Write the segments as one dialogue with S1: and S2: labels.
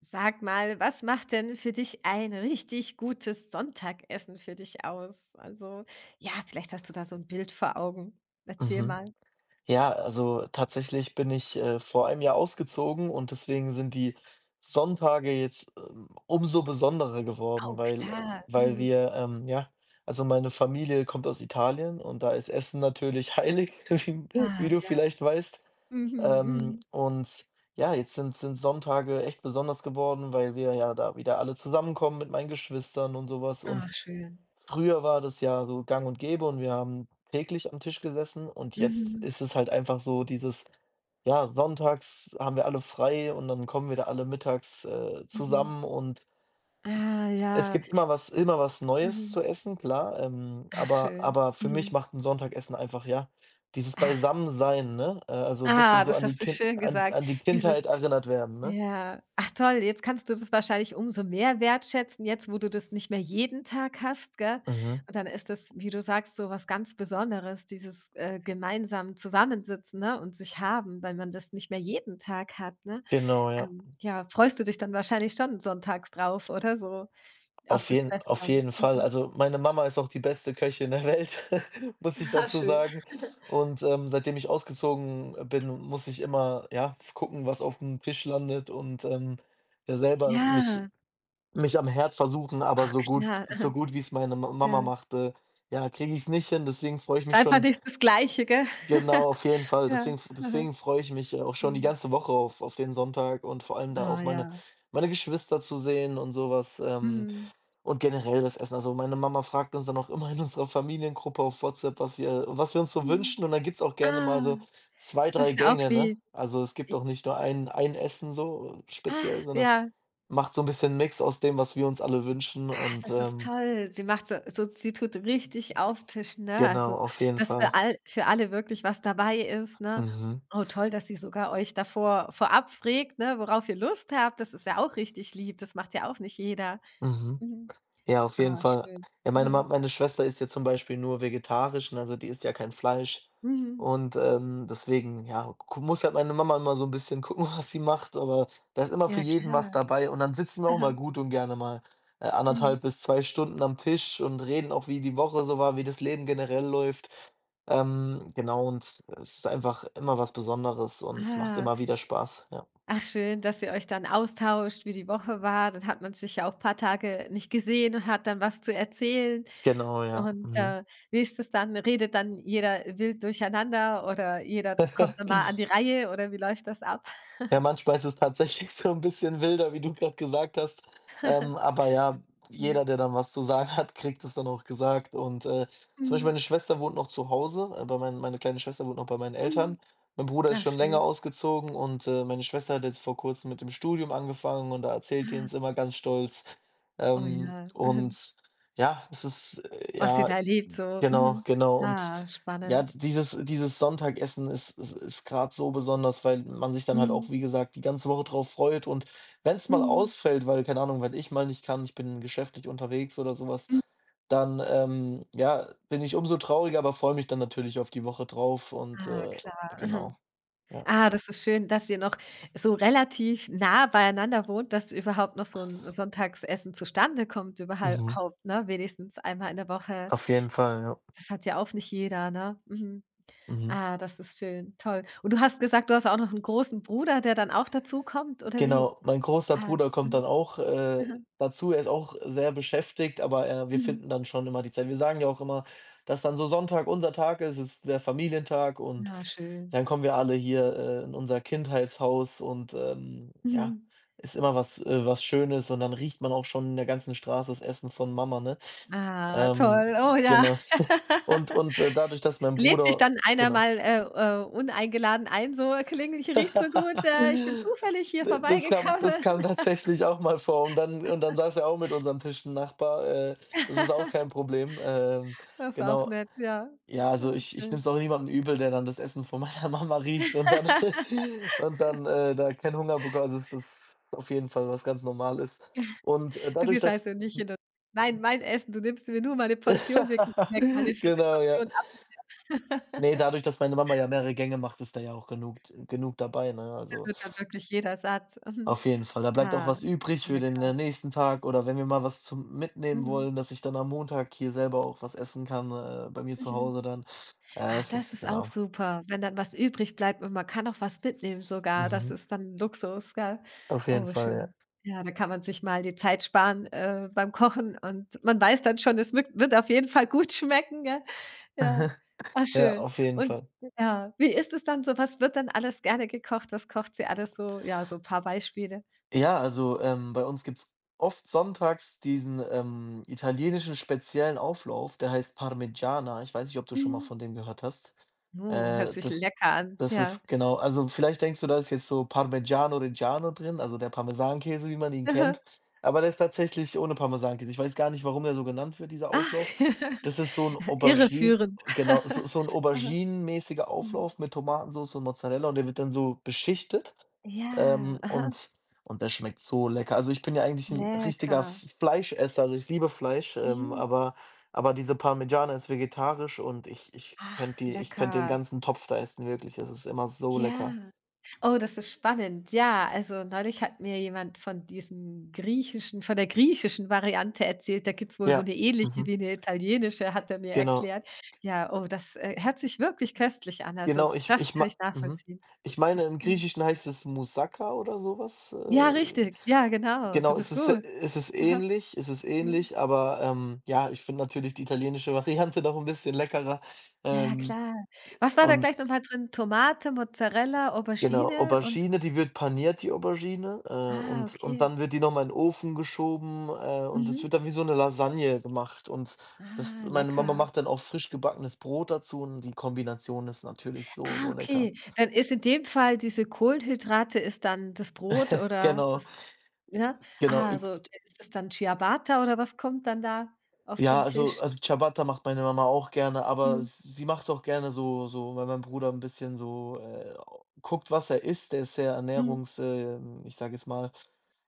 S1: Sag mal, was macht denn für dich ein richtig gutes Sonntagessen für dich aus? Also, ja, vielleicht hast du da so ein Bild vor Augen. Erzähl
S2: Mhm.
S1: mal.
S2: Ja, also tatsächlich bin ich, vor 1 Jahr ausgezogen und deswegen sind die Sonntage jetzt, umso besonderer geworden,
S1: Oh, klar.
S2: weil
S1: Mhm.
S2: wir, ja, also meine Familie kommt aus Italien und da ist Essen natürlich heilig, wie
S1: Ah,
S2: wie du
S1: ja.
S2: vielleicht weißt.
S1: Mhm,
S2: Ähm,
S1: mhm.
S2: und ja, jetzt sind Sonntage echt besonders geworden, weil wir ja da wieder alle zusammenkommen mit meinen Geschwistern und sowas. Und
S1: Ach, schön.
S2: früher war das ja so gang und gäbe und wir haben täglich am Tisch gesessen, und jetzt
S1: Mhm,
S2: ist es halt einfach so dieses, ja, sonntags haben wir alle frei und dann kommen wir da alle mittags,
S1: mhm.
S2: zusammen, und
S1: Ah,
S2: es
S1: ja.
S2: gibt immer was Neues
S1: Mhm.
S2: zu essen, klar,
S1: Ach,
S2: aber
S1: schön.
S2: aber für mich
S1: Mhm.
S2: macht ein Sonntagessen einfach, ja, dieses Beisammensein, ne? Also, ein bisschen
S1: Ah,
S2: so
S1: das
S2: an die
S1: hast du
S2: Kind
S1: schön
S2: an
S1: gesagt.
S2: an die
S1: Dieses
S2: Kindheit erinnert werden, ne?
S1: Ja. Ach toll, jetzt kannst du das wahrscheinlich umso mehr wertschätzen, jetzt wo du das nicht mehr jeden Tag hast, gell?
S2: Mhm.
S1: Und dann ist das, wie du sagst, so was ganz Besonderes, dieses, gemeinsam Zusammensitzen, ne, und sich haben, weil man das nicht mehr jeden Tag hat, ne?
S2: Genau, ja.
S1: Ja, freust du dich dann wahrscheinlich schon sonntags drauf, oder so auf
S2: Auf
S1: das
S2: jeden
S1: Treffen
S2: auf
S1: dann?
S2: jeden Fall.
S1: Mhm.
S2: Also, meine Mama ist auch die beste Köchin der Welt, muss ich
S1: Ah,
S2: dazu
S1: schön.
S2: sagen. Und, seitdem ich ausgezogen bin, muss ich immer, ja, gucken, was auf dem Tisch landet, und, ja, selber mich
S1: Ja,
S2: mich am Herd versuchen, aber
S1: ach
S2: so gut
S1: klar,
S2: so gut wie es meine Ma Mama
S1: ja.
S2: machte, ja, kriege ich es nicht hin. Deswegen freue ich
S1: Ist
S2: mich
S1: einfach
S2: schon,
S1: nicht das Gleiche, gell?
S2: genau, auf jeden Fall.
S1: Ja,
S2: Deswegen freue ich mich, auch schon die
S1: mhm.
S2: ganze Woche auf den Sonntag und vor allem da
S1: Ah
S2: auch
S1: ja,
S2: meine Geschwister zu sehen und sowas. Ähm,
S1: mhm,
S2: und generell das Essen. Also, meine Mama fragt uns dann auch immer in unserer Familiengruppe auf WhatsApp, was wir uns so
S1: mhm.
S2: wünschen, und dann gibt's auch gerne
S1: Ah,
S2: mal so 2
S1: das
S2: 3
S1: ist ja auch
S2: Gänge, ne?
S1: lieb.
S2: Also, es gibt
S1: I
S2: auch nicht nur ein Essen so
S1: ah,
S2: speziell, sondern
S1: ja.
S2: macht so ein bisschen Mix aus dem, was wir uns alle wünschen,
S1: Ah,
S2: und,
S1: das ist toll. Sie macht so so sie tut richtig auftischen, ne?
S2: genau,
S1: Also,
S2: auf jeden
S1: dass
S2: Fall.
S1: für all für alle wirklich was dabei ist, ne?
S2: Mhm,
S1: Oh, toll, dass sie sogar euch davor vorab fragt, ne, worauf ihr Lust habt. Das ist ja auch richtig lieb. Das macht ja auch nicht jeder.
S2: mhm.
S1: Mhm.
S2: Ja, auf jeden
S1: Ah,
S2: Fall.
S1: schön.
S2: Ja,
S1: Mhm.
S2: meine Schwester ist ja zum Beispiel nur vegetarisch, ne, also die isst ja kein Fleisch.
S1: Mhm.
S2: Und, deswegen, ja, gu muss halt meine Mama immer so ein bisschen gucken, was sie macht, aber da ist immer für
S1: Ja,
S2: jeden was
S1: klar.
S2: dabei, und dann sitzen wir auch mal
S1: Aha.
S2: gut und gerne mal, eine
S1: Mhm.
S2: bis 2 Stunden am Tisch und reden auch, wie die Woche so war, wie das Leben generell läuft. Genau, und es ist einfach immer was Besonderes und es macht
S1: Ah.
S2: immer wieder Spaß, ja.
S1: Ach schön, dass ihr euch dann austauscht, wie die Woche war. Dann hat man sich ja auch ein paar Tage nicht gesehen und hat dann was zu erzählen.
S2: Genau, ja.
S1: Und,
S2: Mhm.
S1: wie ist das dann? Redet dann jeder wild durcheinander oder jeder kommt dann mal an die Reihe oder wie läuft das ab?
S2: Ja, manchmal ist es tatsächlich so 'n bisschen wilder, wie du grad gesagt hast. Ähm, aber ja,
S1: Mhm.
S2: jeder, der dann was zu sagen hat, kriegt es dann auch gesagt. Und, zum Beispiel meine
S1: Mhm.
S2: Schwester wohnt noch zu Hause, bei meinen meine kleine Schwester wohnt noch bei meinen
S1: Mhm.
S2: Eltern. Mein Bruder ist
S1: Ach
S2: schon länger
S1: schön.
S2: ausgezogen, und, meine Schwester hat jetzt vor Kurzem mit dem Studium angefangen und da erzählt die
S1: Ah,
S2: uns immer ganz stolz.
S1: oh
S2: Ähm,
S1: ja. Mhm.
S2: und ja, es ist,
S1: Was ihr da erlebt so.
S2: genau,
S1: Mhm.
S2: genau. Und
S1: Ah,
S2: ja,
S1: spannend.
S2: dieses Sonntagessen ist grad so besonders, weil man sich dann halt
S1: Mhm.
S2: auch, wie gesagt, die ganze Woche drauf freut. Und wenn es mal
S1: Mhm.
S2: ausfällt, weil, keine Ahnung, wenn ich mal nicht kann, ich bin geschäftlich unterwegs oder sowas,
S1: Mhm.
S2: dann, ja, bin ich umso trauriger, aber freue mich dann natürlich auf die Woche drauf, und,
S1: Ah, klar. Mhm.
S2: genau, ja.
S1: Ah, das ist schön, dass ihr noch so relativ nah beieinander wohnt, dass überhaupt noch so 'n Sonntagsessen zustande kommt überhal
S2: Mhm.
S1: haupt, ne? Wenigstens einmal in der Woche.
S2: Auf jeden Fall, ja.
S1: Das hat ja auch nicht jeder, ne? Mhm.
S2: Mhm.
S1: Ah, das ist schön, toll. Und du hast gesagt, du hast auch noch 'n großen Bruder, der dann auch dazukommt, oder wie?
S2: Genau, mein großer
S1: Ah,
S2: Bruder kommt
S1: mhm,
S2: dann auch,
S1: aha,
S2: dazu. Er ist auch sehr beschäftigt, aber, wir
S1: mhm.
S2: finden dann schon immer die Zeit. Wir sagen ja auch immer, dass dann so Sonntag unser Tag ist, ist der Familientag, und
S1: Ja, schön.
S2: dann kommen wir alle hier, in unser Kindheitshaus, und, ja,
S1: Mhm.
S2: ist immer was, was Schönes, und dann riecht man auch schon in der ganzen Straße das Essen von Mama, ne?
S1: Ah,
S2: Ähm,
S1: toll. Oh ja.
S2: genau. Und dadurch, dass mein
S1: Lädt sich
S2: Bruder
S1: dann einer
S2: genau.
S1: mal, uneingeladen ein, so: „Kling ich riecht so gut, ich bin zufällig hier
S2: D Das kam das
S1: vorbeigekommen.“
S2: kam tatsächlich auch mal vor, und dann saß er auch mit unserem am Tisch 'n Nachbar, das ist auch kein Problem.
S1: Das ist auch
S2: Genau.
S1: nett, ja.
S2: Ja, also
S1: Ja,
S2: ich nehme es
S1: schön.
S2: auch niemandem übel, der dann das Essen von meiner Mama riecht, und dann und dann, da keinen Hunger bekommt. Also das ist auf jeden Fall was ganz Normales. Und,
S1: Du
S2: dadurch,
S1: gehst
S2: dass
S1: also nicht hin und „Nein, mein Essen, du nimmst mir nur meine Portion wir weg, meine 4.
S2: genau, ja.
S1: Portion ab.“
S2: Nee, dadurch, dass meine Mama ja mehrere Gänge macht, ist da ja auch genug dabei, ne?
S1: Da
S2: Also,
S1: wird dann wirklich jeder satt.
S2: auf jeden Fall. Da
S1: Mhm.
S2: bleibt auch
S1: Ah,
S2: was
S1: ist
S2: übrig
S1: ja
S2: für den,
S1: lecker.
S2: nächsten Tag, oder wenn wir mal was zum Mitnehmen
S1: Mhm.
S2: wollen, dass ich dann am Montag hier selber auch was essen kann, bei mir zu
S1: Mhm.
S2: Hause dann.
S1: Ach,
S2: Es
S1: das
S2: ist
S1: ist auch
S2: Genau.
S1: super, wenn dann was übrig bleibt und man kann auch was mitnehmen sogar. Das
S2: Mhm.
S1: ist dann Luxus, gell?
S2: Auf jeden
S1: Oh,
S2: Fall, ja.
S1: schön. Ja, da kann man sich mal die Zeit sparen, beim Kochen und man weiß dann schon, es wirkt wird auf jeden Fall gut schmecken, gell? Ja. Ach,
S2: Ja,
S1: schön.
S2: auf jeden
S1: Und
S2: Fall.
S1: ja, wie ist es dann so? Was wird dann alles gerne gekocht? Was kocht sie alles so? Ja, so ein paar Beispiele.
S2: Ja, also, bei uns gibt's oft sonntags diesen, italienischen speziellen Auflauf, der heißt Parmigiana. Ich weiß nicht, ob du schon mal
S1: Mhm.
S2: von dem gehört hast.
S1: Oh, hört sich
S2: Das
S1: lecker an.
S2: das
S1: Ja.
S2: ist Genau, also, vielleicht denkst du, da ist jetzt so Parmigiano Reggiano drin, also der Parmesankäse, wie man ihn
S1: Aha.
S2: kennt, aber der ist tatsächlich ohne Parmesankäse. Ich weiß gar nicht, warum der so genannt wird, dieser
S1: Ach,
S2: Auflauf. Das ist so ein Auberginen
S1: irreführend.
S2: genau, so 'n
S1: Aha.
S2: auberginenmäßiger
S1: Mhm.
S2: Auflauf mit Tomatensauce und Mozzarella, und der wird dann so beschichtet,
S1: Ja,
S2: ähm,
S1: aha.
S2: und und das schmeckt so lecker. Also, ich bin ja eigentlich ein richtiger
S1: Lecker.
S2: F Fleischesser, also, ich liebe Fleisch,
S1: Mhm.
S2: aber diese Parmigiana ist vegetarisch, und ich
S1: Ach,
S2: könnte die, ich könnte den
S1: lecker.
S2: ganzen Topf da essen, wirklich. Es ist immer so
S1: Ja.
S2: lecker.
S1: Oh, das ist spannend. Ja, also neulich hat mir jemand von diesem griechischen von der griechischen Variante erzählt. Da gibt's wohl so
S2: Ja,
S1: eine ähnliche
S2: mhm,
S1: wie eine italienische, hat er mir
S2: genau.
S1: erklärt. Ja, oh, das, hört sich wirklich köstlich an. Also,
S2: Genau, ich
S1: das
S2: ich
S1: kann
S2: mei
S1: ich
S2: Mhm.
S1: nachvollziehen.
S2: Ich meine,
S1: Das
S2: im
S1: mhm.
S2: Griechischen heißt es Moussaka oder sowas
S1: Ja,
S2: was.
S1: richtig. Ja, genau. Du
S2: Genau,
S1: bist
S2: es ist
S1: gut.
S2: es ist
S1: Aha.
S2: ähnlich,
S1: Mhm.
S2: aber, ja, ich finde natürlich die italienische Variante noch ein bisschen leckerer.
S1: Ja,
S2: Ähm,
S1: klar. Was war da
S2: und
S1: gleich nochmal drin? Tomate, Mozzarella,
S2: Genau,
S1: Aubergine und
S2: Aubergine, die wird paniert, die Aubergine,
S1: ah,
S2: und
S1: okay.
S2: dann wird die noch mal in den Ofen geschoben, und es
S1: Mhm.
S2: wird dann wie so 'ne Lasagne gemacht, und das
S1: Ah,
S2: meine Mama
S1: lecker.
S2: macht dann auch frisch gebackenes Brot dazu, und die Kombination ist natürlich so,
S1: Ah,
S2: so lecker.
S1: okay. Dann ist in dem Fall diese Kohlenhydrate ist dann das Brot oder
S2: Genau,
S1: das ja?
S2: genau.
S1: Ah,
S2: Ü
S1: so d ist es dann Ciabatta oder was kommt dann da auf
S2: Ja,
S1: den Tisch?
S2: also Ciabatta macht meine Mama auch gerne, aber
S1: Mhm.
S2: s sie macht auch gerne so, weil mein Bruder ein bisschen so, au guckt, was er isst. Der ist sehr
S1: Mhm.
S2: ernährungs ich sage jetzt mal,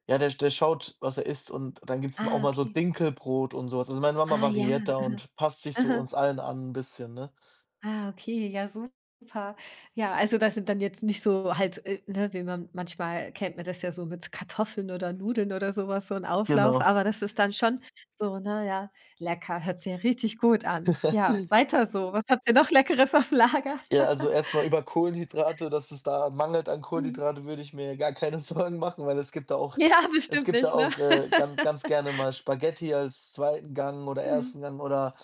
S2: ja, der schaut, was er isst, und dann gibt's auch
S1: Ah,
S2: mal so
S1: okay.
S2: Dinkelbrot und so was. Also, meine Mama
S1: Ah ja.
S2: variiert da und passt sich so uns allen an ein bisschen, ne?
S1: Ah, okay, ja, super. Ja, also das sind dann jetzt nicht so halt, ne, wie man manchmal kennt man das ja so mit Kartoffeln oder Nudeln oder sowas, so ein Auflauf,
S2: Genau.
S1: aber das ist dann schon so, ne, ja, lecker, hört sich ja richtig gut an. Ja, weiter so. Was habt ihr noch Leckeres auf Lager?
S2: Ja, also erstmal über Kohlenhydrate, dass es da mangelt an
S1: Mhm.
S2: Kohlenhydrate, würde ich mir ja gar keine Sorgen machen, weil
S1: Ja,
S2: es
S1: bestimmt
S2: gibt da
S1: nicht, ne?
S2: auch, ganz ganz gerne mal Spaghetti als zweiten Gang oder
S1: Mhm.
S2: ersten Gang, oder,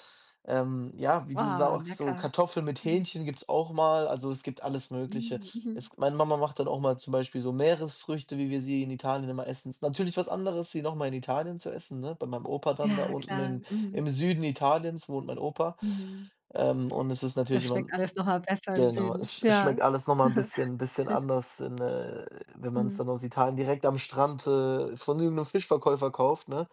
S2: ja, wie du
S1: Oh,
S2: sagst, so
S1: lecker.
S2: Kartoffeln mit
S1: Mhm.
S2: Hähnchen gibt's auch mal. Also, es gibt alles Mögliche.
S1: Mhm, mhm.
S2: Es Meine Mama macht dann auch mal zum Beispiel so Meeresfrüchte, wie wir sie in Italien immer essen. Ist natürlich was anderes, sie noch mal in Italien zu essen, ne? Bei meinem Opa dann da
S1: Ja,
S2: unten
S1: klar.
S2: in
S1: Mhm.
S2: im Süden Italiens wohnt mein Opa.
S1: Mhm.
S2: Und es ist natürlich
S1: Das
S2: immer
S1: schmeckt alles nochmal besser im
S2: Genau,
S1: Süden.
S2: es schmeckt
S1: Ja.
S2: alles noch mal 'n bisschen anders in, wenn man's
S1: Mhm.
S2: dann aus Italien direkt am Strand, von irgend Fischverkäufer kauft, ne?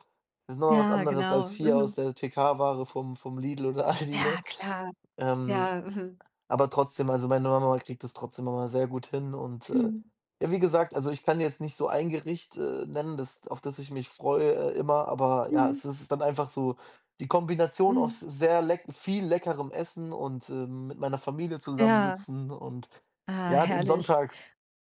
S2: Das ist noch mal was
S1: Ja,
S2: anderes als
S1: genau.
S2: hier
S1: Mhm.
S2: aus der TK-Ware vom Lidl oder Aldi,
S1: Ja,
S2: ne?
S1: klar.
S2: Ähm,
S1: Ja, mhm.
S2: aber trotzdem, also, meine Mama kriegt das trotzdem immer sehr gut hin, und,
S1: Mhm.
S2: ja, wie gesagt, also, ich kann jetzt nicht so ein Gericht, nennen, das ich mich freue, immer, aber ja,
S1: Mhm.
S2: es ist dann einfach so die Kombination aus
S1: Mhm.
S2: sehr leck viel leckerem Essen und, mit meiner Familie
S1: Ja,
S2: zusammensitzen und
S1: ah,
S2: ja, den
S1: herrlich.
S2: Sonntag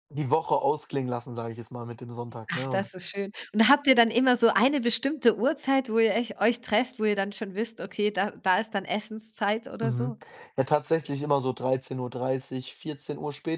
S2: die Woche ausklingen lassen, sage ich jetzt mal, mit dem Sonntag,
S1: Ach,
S2: ne? Und
S1: das ist schön. Und habt ihr dann immer so eine bestimmte Uhrzeit, wo ihr ech euch trefft, wo ihr dann schon wisst: „Okay, da da ist dann Essenszeit“ oder so?
S2: mhm. Ja, tatsächlich immer so 13:30 Uhr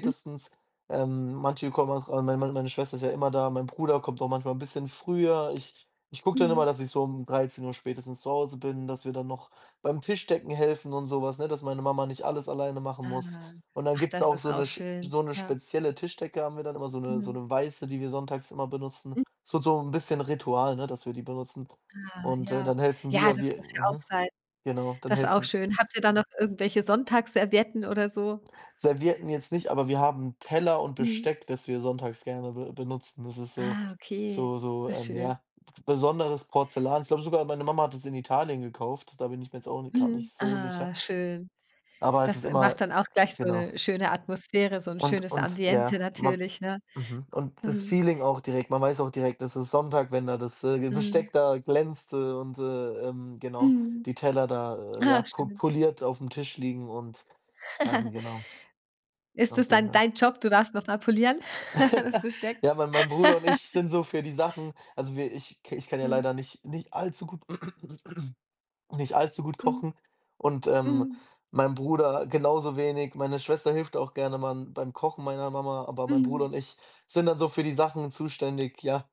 S1: Mhm.
S2: Manche kommen auch, meine Schwester ist ja immer da, mein Bruder kommt auch manchmal ein bisschen früher. Ich gucke dann immer,
S1: Mhm.
S2: dass ich so um 13 Uhr spätestens zu Hause bin, dass wir dann noch beim Tischdecken helfen und sowas, ne, dass meine Mama nicht alles alleine machen muss.
S1: Ah.
S2: Und dann
S1: Ach,
S2: gibt's
S1: das
S2: auch
S1: ist
S2: so
S1: auch
S2: eine sch
S1: schön.
S2: so eine
S1: Ja.
S2: spezielle Tischdecke haben wir dann immer, so eine,
S1: Mhm.
S2: weiße, die wir sonntags immer benutzen.
S1: Mhm.
S2: Es wird so ein bisschen Ritual, ne, dass wir die benutzen.
S1: Ah,
S2: Und,
S1: ja.
S2: dann helfen
S1: Ja,
S2: wir
S1: das
S2: wir
S1: muss ja auch
S2: mhm,
S1: sein.
S2: genau, dann
S1: Das ist auch
S2: helfen.
S1: schön. Habt ihr da noch irgendwelche Sonntagsservietten oder so?
S2: Servietten jetzt nicht, aber wir haben Teller und
S1: Mhm.
S2: Besteck, das wir sonntags gerne be benutzen. Das ist so,
S1: Ah, okay. Ah, schön.
S2: ja, besonderes Porzellan. Ich glaube sogar, meine Mama hat es in Italien gekauft. Da bin ich mir jetzt auch ni grad
S1: Mhm.
S2: nicht so sicher.
S1: Ah, schön.
S2: Aber es ist
S1: Das
S2: immer
S1: macht dann auch gleich so
S2: genau.
S1: 'ne schöne Atmosphäre, so 'n
S2: Und
S1: schönes
S2: ja,
S1: Ambiente
S2: man
S1: natürlich, ne?
S2: mhm, und das
S1: Mhm.
S2: Feeling auch direkt. Man weiß auch direkt, es ist Sonntag, wenn da das,
S1: Mhm.
S2: Besteck da glänzt, genau,
S1: Mhm.
S2: die Teller da,
S1: Ah,
S2: ja, po
S1: schön.
S2: poliert aufm Tisch liegen und, genau,
S1: Ist das
S2: auf jeden
S1: dann
S2: Fall.
S1: dein Job? Du darfst noch mal polieren, das Besteck?
S2: Ja, mein Bruder und ich sind so für die Sachen, also wir ich k ich kann ja
S1: Mhm.
S2: leider nicht allzu gut nicht allzu gut
S1: Mhm.
S2: kochen und,
S1: Mhm.
S2: mein Bruder genauso wenig. Meine Schwester hilft auch gerne mal beim Kochen meiner Mama, aber mein Bruder
S1: Mhm.
S2: und ich sind dann so für die Sachen zuständig, ja,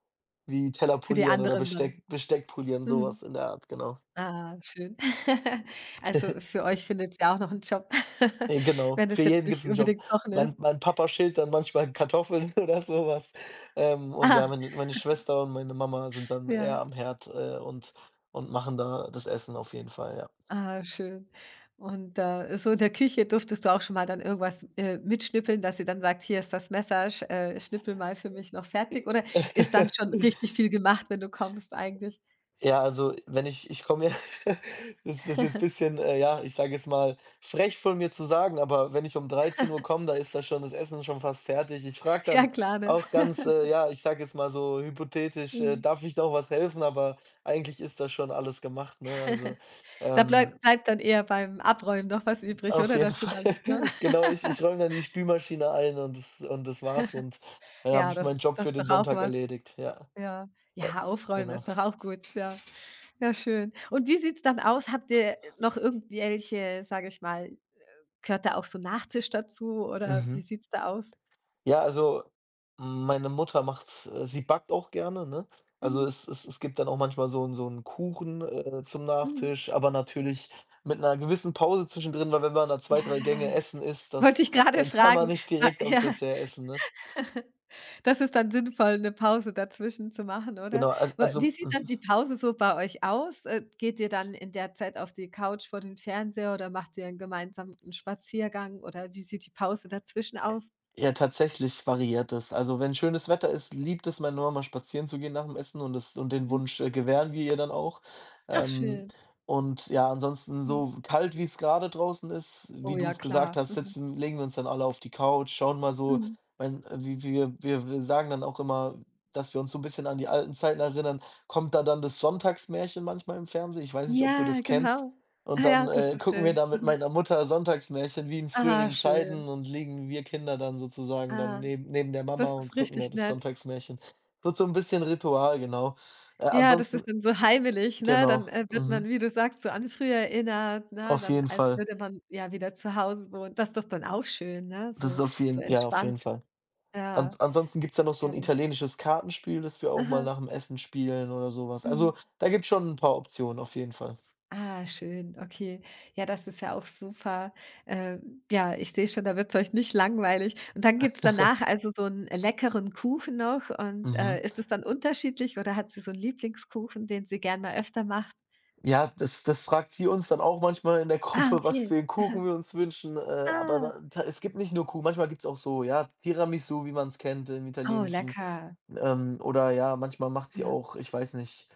S2: wie Teller
S1: Für die
S2: polieren oder
S1: anderen dann.
S2: Besteck polieren,
S1: Mhm.
S2: sowas in der Art, genau.
S1: Ah, schön. Also, für euch findet ja auch noch 'n Job,
S2: Genau,
S1: wenn das
S2: für
S1: jetzt
S2: jeden gibt's
S1: nicht
S2: 'n Job.
S1: unbedingt Kochen
S2: Mein
S1: ist.
S2: mein Papa schält dann manchmal Kartoffeln oder so was. Und ja,
S1: Ah,
S2: meine Schwester und meine Mama sind dann
S1: ja.
S2: eher am Herd, und machen da das Essen auf jeden Fall,
S1: Ah, schön. Und, so in der Küche durftest du auch schon mal dann irgendwas, mitschnippeln, dass sie dann sagt: „Hier ist das Messer, sch schnippel mal für mich noch fertig.“ Oder
S2: ja.
S1: ist dann schon richtig viel gemacht, wenn du kommst eigentlich?
S2: Ja, also, wenn ich komme ja, das ist jetzt ein bisschen, ja, ich sage jetzt mal, frech von mir zu sagen, aber wenn ich um 13 Uhr komme, da ist das Essen schon fast fertig. Ich frage
S1: Ja
S2: dann
S1: klar, ne?
S2: auch ganz, ja, ich sage jetzt mal so hypothetisch,
S1: Mhm.
S2: „Darf ich noch was helfen?“ Aber eigentlich ist das schon alles gemacht, ne? Also,
S1: Da
S2: ähm,
S1: bleibt dann eher beim Abräumen noch was übrig,
S2: auf
S1: oder?
S2: jeden
S1: Dass du
S2: Fall.
S1: dann ne?
S2: Genau, ich räume dann die Spülmaschine ein und das war's, und dann habe
S1: Ja,
S2: ich
S1: das
S2: meinen Job
S1: das
S2: für
S1: ist
S2: den
S1: doch auch
S2: Sonntag
S1: was.
S2: erledigt. Ja,
S1: Ja.
S2: äh,
S1: Ja, aufräumen
S2: genau.
S1: ist doch auch gut, ja. Ja, schön. Und wie sieht's dann aus? Habt ihr noch irgendwelche, sage ich mal gehört da auch so Nachtisch dazu oder wie
S2: Mhm.
S1: sieht's da aus?
S2: Ja, also, meine Mutter macht, sie backt auch gerne, ne? Also,
S1: Mhm,
S2: es gibt dann auch manchmal so 'n so einen Kuchen, zum
S1: mhm.
S2: Nachtisch, aber natürlich mit einer gewissen Pause zwischendrin, weil wenn man da zwei
S1: Ja,
S2: 3 Gänge Essen isst, das
S1: Wollte ich gerade
S2: dann kann man
S1: fragen.
S2: nicht
S1: Wa
S2: direkt auf
S1: ja,
S2: Dessert essen, ne?
S1: das ist dann sinnvoll, 'ne Pause dazwischen zu machen, oder?
S2: Genau, al
S1: Wa wie
S2: also
S1: sieht dann die Pause so bei euch aus? Geht ihr dann in der Zeit auf die Couch vor den Fernseher oder macht ihr gemeinsam 'n gemeinsamen Spaziergang oder wie sieht die Pause dazwischen aus?
S2: Ja, tatsächlich variiert es. Also, wenn schönes Wetter ist, liebt es meine Mama, spazieren zu gehen nach dem Essen, und das und den
S1: Mhm.
S2: Wunsch, gewähren wir ihr dann auch.
S1: Ach
S2: Ähm,
S1: schön.
S2: und ja, ansonsten,
S1: Mhm.
S2: so kalt, wie es gerade draußen ist,
S1: Oh
S2: wie du
S1: ja,
S2: es gesagt
S1: klar.
S2: hast, sitzen legen wir uns dann alle auf die Couch, schauen mal so,
S1: Mhm.
S2: mein wie wir wir wir sagen dann auch immer, dass wir uns so ein bisschen an die alten Zeiten erinnern. Kommt da dann das Sonntagsmärchen manchmal im Fernsehen? Ich weiß nicht, ob du
S1: Ja,
S2: das kennst.
S1: genau.
S2: Und
S1: Ah ja,
S2: dann,
S1: das ist
S2: gucken wir
S1: schön.
S2: da mit
S1: Mhm.
S2: meiner Mutter Sonntagsmärchen wie in
S1: Ah,
S2: früheren
S1: schön.
S2: Zeiten und liegen wir Kinder dann sozusagen dann
S1: Ah,
S2: neben der Mama
S1: das ist
S2: und gucken da
S1: richtig
S2: das
S1: nett.
S2: Sonntagsmärchen. Wird so ein bisschen Ritual, genau.
S1: Ja, das
S2: Ansonsten
S1: ist dann so heimelig, ne?
S2: Genau,
S1: Dann, wird man,
S2: mhm,
S1: wie du sagst, so an früher erinnert, ne?
S2: auf
S1: Dann,
S2: jeden
S1: als
S2: Fall.
S1: würde man ja wieder zu Hause wohnen. Das ist doch dann auch schön, ne?
S2: Das
S1: So
S2: ist auf
S1: so
S2: jeden, ja, auf jeden
S1: entspannt.
S2: Fall. An
S1: Ja,
S2: ansonsten gibt's da noch so ein
S1: herrlich.
S2: italienisches Kartenspiel, das wir auch mal
S1: Aha,
S2: nach dem Essen spielen oder sowas.
S1: mhm.
S2: Also, da gibt's schon ein paar Optionen auf jeden Fall.
S1: Ah, schön, okay. Ja, das ist ja auch super. Äh, ja, ich sehe schon, da wird es euch nicht langweilig. Und dann gibt's danach also so einen leckeren Kuchen noch und,
S2: Mhm.
S1: ist es dann unterschiedlich oder hat sie so einen Lieblingskuchen, den sie gern mal öfter macht?
S2: Ja, das fragt sie uns dann auch manchmal in der
S1: Ah,
S2: Gruppe, was
S1: okay.
S2: für einen
S1: Aha.
S2: Kuchen wir uns wünschen, aber da es gibt nicht nur Kuchen, manchmal gibt's auch so, ja, Tiramisu, wie man es kennt im
S1: Ah, oh,
S2: Italienischen,
S1: lecker.
S2: oder ja, manchmal macht sie
S1: Ja.
S2: auch, ich weiß nicht,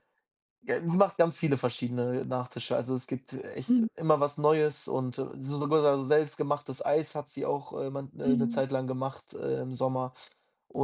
S2: g sie macht ganz viele verschiedene Nachtische. Also, es gibt echt
S1: Mhm,
S2: immer was Neues, und sogar so selbstgemachtes Eis hat sie auch, man 'ne
S1: mhm.
S2: Zeit lang gemacht, im Sommer,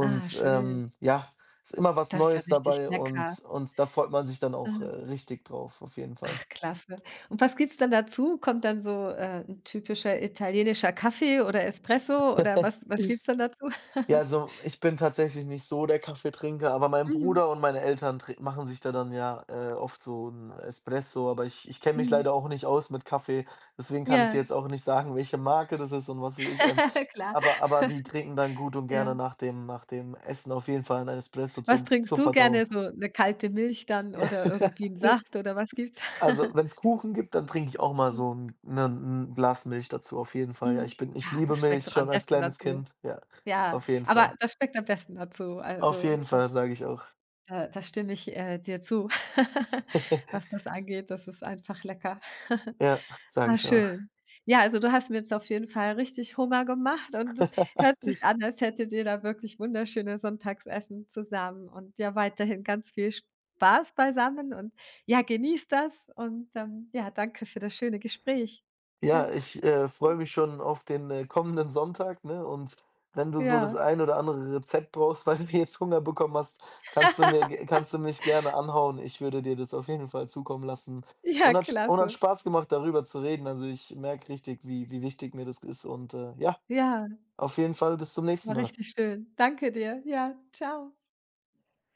S1: Ah, schön.
S2: ja, ist immer was
S1: Das ist ja
S2: Neues
S1: richtig
S2: dabei,
S1: lecker.
S2: und da freut man sich dann auch,
S1: Mhm.
S2: richtig drauf, auf jeden Fall.
S1: Ach, klasse. Und was gibt's dann dazu? Kommt dann so, 'n typischer italienischer Kaffee oder Espresso oder was was gibt's dann dazu?
S2: Ja, also, ich bin tatsächlich nicht so der Kaffeetrinker, aber mein
S1: Mhm,
S2: Bruder und meine Eltern trin machen sich da dann, ja, oft so ein Espresso, aber ich kenne mich
S1: mhm.
S2: leider auch nicht aus mit Kaffee, deswegen kann ich
S1: Ja,
S2: dir jetzt auch nicht sagen, welche Marke das ist und was weiß ich,
S1: klar,
S2: aber die trinken dann gut und gerne
S1: ja.
S2: nach dem Essen auf jeden Fall ein Espresso
S1: Was
S2: zum
S1: trinkst
S2: zur
S1: du gerne?
S2: Verdauung.
S1: So eine kalte Milch dann oder irgendwie 'n Saft oder was gibt's?
S2: Also, wenn's Kuchen gibt, dann trinke ich auch mal so ein 'ne 'n Glas Milch dazu, auf jeden Fall. Ja,
S1: mhm.
S2: ich
S1: Ja,
S2: liebe
S1: das schmeckt
S2: Milch
S1: doch am
S2: schon als
S1: besten
S2: kleines
S1: dazu.
S2: Kind, ja,
S1: Ja,
S2: auf jeden
S1: aber
S2: Fall.
S1: das schmeckt am besten dazu,
S2: Auf
S1: also
S2: jeden
S1: das
S2: Fall, sage ich auch.
S1: Da da stimme ich, dir zu, was das angeht. Das ist einfach lecker.
S2: Ja, sage
S1: Ah,
S2: ich auch.
S1: schön. Ja, also du hast mir jetzt auf jeden Fall richtig Hunger gemacht und es hört sich an, als hättet ihr da wirklich wunderschöne Sonntagsessen zusammen und ja, weiterhin ganz viel Spaß beisammen und ja, genießt das und, ja, danke für das schöne Gespräch. Ja,
S2: Ja, ich, freue mich schon auf den, kommenden Sonntag, ne, und wenn du so das
S1: ja.
S2: ein oder andere Rezept brauchst, weil du jetzt Hunger bekommen hast, kannst du mir ge kannst du mich gerne anhauen. Ich würde dir das auf jeden Fall zukommen lassen.
S1: Ja,
S2: Und hat sp und hat
S1: klasse.
S2: Spaß gemacht, darüber zu reden. Also, ich merke richtig, wie wichtig mir das ist, und, ja,
S1: Ja,
S2: auf jeden Fall bis zum nächsten
S1: war
S2: Mal.
S1: richtig schön. Danke dir. Ja, ciao.